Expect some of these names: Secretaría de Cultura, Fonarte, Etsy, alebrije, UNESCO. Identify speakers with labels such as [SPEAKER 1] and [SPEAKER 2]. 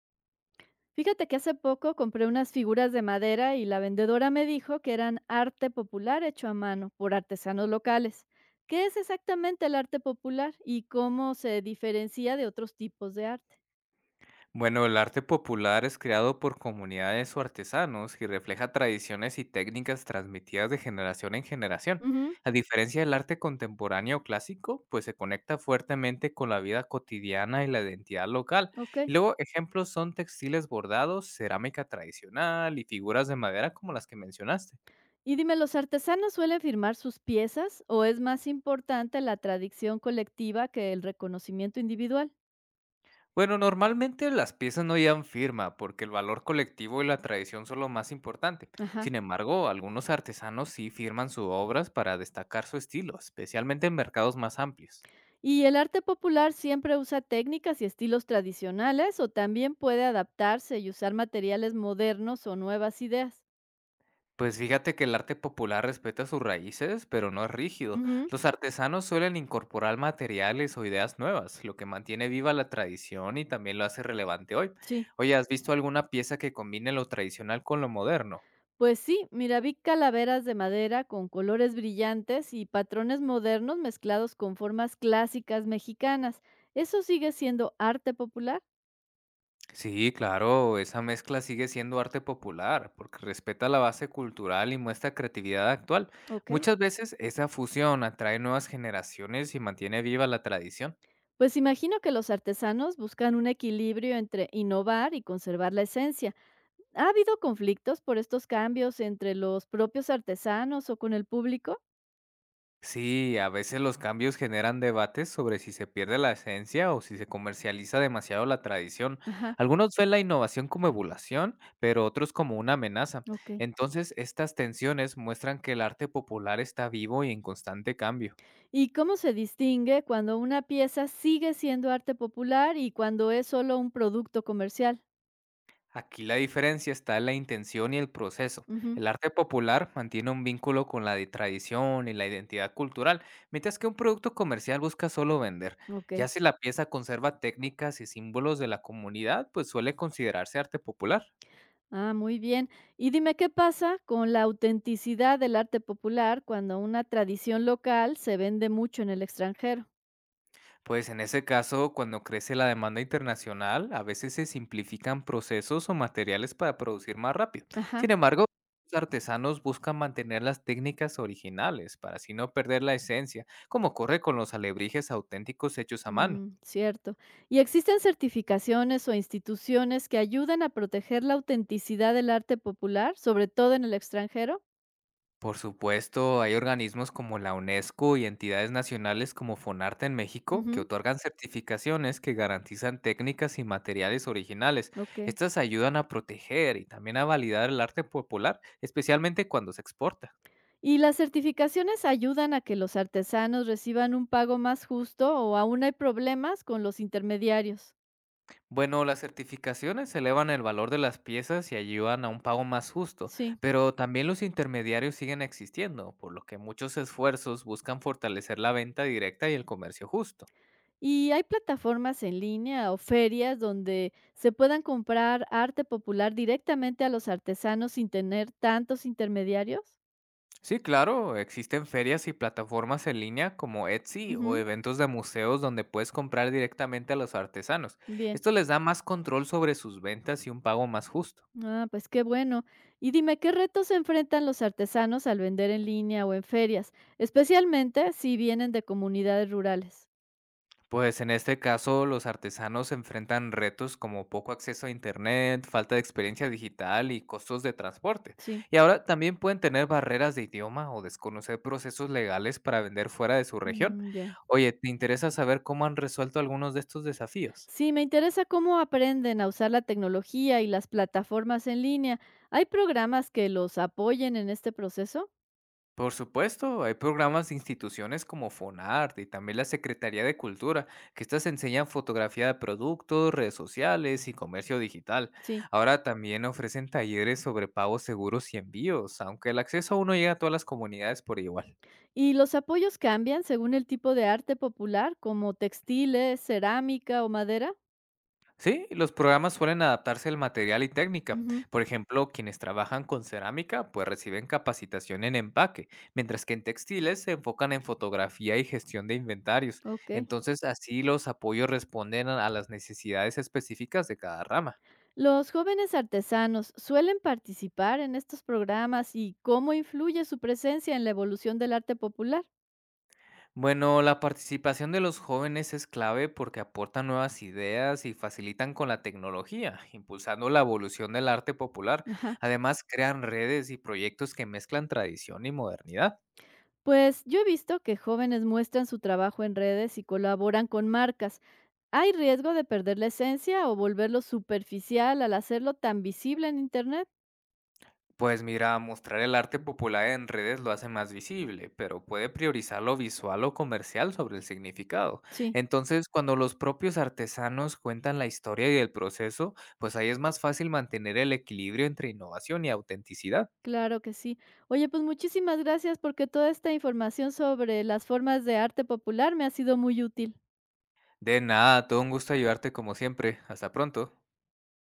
[SPEAKER 1] Fíjate que hace poco compré unas figuras de madera y la vendedora me dijo que eran arte popular hecho a mano por artesanos locales. ¿Qué es exactamente el arte popular y cómo se diferencia de otros tipos de arte?
[SPEAKER 2] Bueno, el arte popular es creado por comunidades o artesanos y refleja tradiciones y técnicas transmitidas de generación en generación.
[SPEAKER 1] Ujú.
[SPEAKER 2] A diferencia del arte contemporáneo o clásico, pues se conecta fuertemente con la vida cotidiana y la identidad local.
[SPEAKER 1] Ok.
[SPEAKER 2] Y luego ejemplos son textiles bordados, cerámica tradicional y figuras de madera como las que mencionaste.
[SPEAKER 1] Y dime, ¿los artesanos suelen firmar sus piezas o es más importante la tradición colectiva que el reconocimiento individual?
[SPEAKER 2] Bueno, normalmente las piezas no llevan firma porque el valor colectivo y la tradición son lo más importante.
[SPEAKER 1] Ajá.
[SPEAKER 2] Sin embargo, algunos artesanos sí firman sus obras para destacar su estilo, especialmente en mercados más amplios.
[SPEAKER 1] Y el arte popular siempre usa técnicas y estilos tradicionales o también puede adaptarse y usar materiales modernos o nuevas ideas.
[SPEAKER 2] Pues fíjate que el arte popular respeta sus raíces, pero no es rígido.
[SPEAKER 1] Ujú.
[SPEAKER 2] Los artesanos suelen incorporar materiales o ideas nuevas, lo que mantiene viva la tradición y también lo hace relevante hoy.
[SPEAKER 1] Sí,
[SPEAKER 2] Oye, ¿has visto alguna pieza que combine lo tradicional con lo moderno?
[SPEAKER 1] pues sí, mira, vi calaveras de madera con colores brillantes y patrones modernos mezclados con formas clásicas mexicanas. ¿Eso sigue siendo arte popular?
[SPEAKER 2] Sí, claro, esa mezcla sigue siendo arte popular porque respeta la base cultural y muestra creatividad actual.
[SPEAKER 1] Ok.
[SPEAKER 2] Muchas veces esa fusión atrae nuevas generaciones y mantiene viva la tradición.
[SPEAKER 1] Pues imagino que los artesanos buscan un equilibrio entre innovar y conservar la esencia. ¿Ha habido conflictos por estos cambios entre los propios artesanos o con el público?
[SPEAKER 2] Sí, a veces los cambios generan debates sobre si se pierde la esencia o si se comercializa demasiado la tradición.
[SPEAKER 1] Ajá.
[SPEAKER 2] Algunos ven la innovación como evolución, pero otros como una amenaza.
[SPEAKER 1] Ok.
[SPEAKER 2] Entonces, estas tensiones muestran que el arte popular está vivo y en constante cambio.
[SPEAKER 1] ¿Y cómo se distingue cuando una pieza sigue siendo arte popular y cuando es solo un producto comercial?
[SPEAKER 2] Aquí la diferencia está en la intención y el proceso.
[SPEAKER 1] Ujú.
[SPEAKER 2] El arte popular mantiene un vínculo con la de tradición y la identidad cultural, mientras que un producto comercial busca solo vender.
[SPEAKER 1] Ok.
[SPEAKER 2] Ya si la pieza conserva técnicas y símbolos de la comunidad, pues suele considerarse arte popular.
[SPEAKER 1] Ah, muy bien. Y dime, ¿qué pasa con la autenticidad del arte popular cuando una tradición local se vende mucho en el extranjero?
[SPEAKER 2] Pues en ese caso, cuando crece la demanda internacional, a veces se simplifican procesos o materiales para producir más rápido.
[SPEAKER 1] Ajá.
[SPEAKER 2] Sin embargo, los artesanos buscan mantener las técnicas originales para así no perder la esencia, como ocurre con los alebrijes auténticos hechos a mano.
[SPEAKER 1] Mm, cierto. ¿Y existen certificaciones o instituciones que ayuden a proteger la autenticidad del arte popular, sobre todo en el extranjero?
[SPEAKER 2] Por supuesto, hay organismos como la UNESCO y entidades nacionales como Fonarte en México que
[SPEAKER 1] Ujú.
[SPEAKER 2] otorgan certificaciones que garantizan técnicas y materiales originales.
[SPEAKER 1] Ok.
[SPEAKER 2] Estas ayudan a proteger y también a validar el arte popular, especialmente cuando se exporta.
[SPEAKER 1] ¿Y las certificaciones ayudan a que los artesanos reciban un pago más justo o aún hay problemas con los intermediarios?
[SPEAKER 2] Bueno, las certificaciones elevan el valor de las piezas y ayudan a un pago más justo,
[SPEAKER 1] Sí.
[SPEAKER 2] pero también los intermediarios siguen existiendo, por lo que muchos esfuerzos buscan fortalecer la venta directa y el comercio justo.
[SPEAKER 1] ¿Y hay plataformas en línea o ferias donde se puedan comprar arte popular directamente a los artesanos sin tener tantos intermediarios?
[SPEAKER 2] Sí, claro, existen ferias y plataformas en línea como Etsy o
[SPEAKER 1] Ujú.
[SPEAKER 2] eventos de museos donde puedes comprar directamente a los artesanos.
[SPEAKER 1] Bien.
[SPEAKER 2] Esto les da más control sobre sus ventas y un pago más justo.
[SPEAKER 1] Ah, pues qué bueno. Y dime, ¿qué retos se enfrentan los artesanos al vender en línea o en ferias, especialmente si vienen de comunidades rurales?
[SPEAKER 2] Pues en este caso los artesanos enfrentan retos como poco acceso a internet, falta de experiencia digital y costos de transporte.
[SPEAKER 1] Sí,
[SPEAKER 2] Y ahora también pueden tener barreras de idioma o desconocer procesos legales para vender fuera de su región.
[SPEAKER 1] ujú, ya.
[SPEAKER 2] Oye, ¿te interesa saber cómo han resuelto algunos de estos desafíos?
[SPEAKER 1] Sí, me interesa cómo aprenden a usar la tecnología y las plataformas en línea. ¿Hay programas que los apoyen en este proceso?
[SPEAKER 2] Por supuesto, hay programas de instituciones como FONARTE y también la Secretaría de Cultura, que estas enseñan fotografía de productos, redes sociales y comercio digital.
[SPEAKER 1] Sí.
[SPEAKER 2] Ahora también ofrecen talleres sobre pagos seguros y envíos, aunque el acceso aún no llega a todas las comunidades por igual.
[SPEAKER 1] ¿Y los apoyos cambian según el tipo de arte popular, como textiles, cerámica o madera?
[SPEAKER 2] Sí, los programas suelen adaptarse al material y técnica.
[SPEAKER 1] Ujú.
[SPEAKER 2] Por ejemplo, quienes trabajan con cerámica pues reciben capacitación en empaque, mientras que en textiles se enfocan en fotografía y gestión de inventarios.
[SPEAKER 1] Ok.
[SPEAKER 2] Entonces, así los apoyos responden a las necesidades específicas de cada rama.
[SPEAKER 1] Los jóvenes artesanos suelen participar en estos programas y cómo influye su presencia en la evolución del arte popular.
[SPEAKER 2] Bueno, la participación de los jóvenes es clave porque aportan nuevas ideas y facilitan con la tecnología, impulsando la evolución del arte popular.
[SPEAKER 1] Ajá.
[SPEAKER 2] Además, crean redes y proyectos que mezclan tradición y modernidad.
[SPEAKER 1] Pues yo he visto que jóvenes muestran su trabajo en redes y colaboran con marcas. ¿Hay riesgo de perder la esencia o volverlo superficial al hacerlo tan visible en Internet?
[SPEAKER 2] Pues mira, mostrar el arte popular en redes lo hace más visible, pero puede priorizar lo visual o comercial sobre el significado.
[SPEAKER 1] Sí,
[SPEAKER 2] Entonces, cuando los propios artesanos cuentan la historia y el proceso, pues ahí es más fácil mantener el equilibrio entre innovación y autenticidad.
[SPEAKER 1] claro que sí. Oye, pues muchísimas gracias porque toda esta información sobre las formas de arte popular me ha sido muy útil.
[SPEAKER 2] De nada, todo un gusto ayudarte como siempre. Hasta pronto.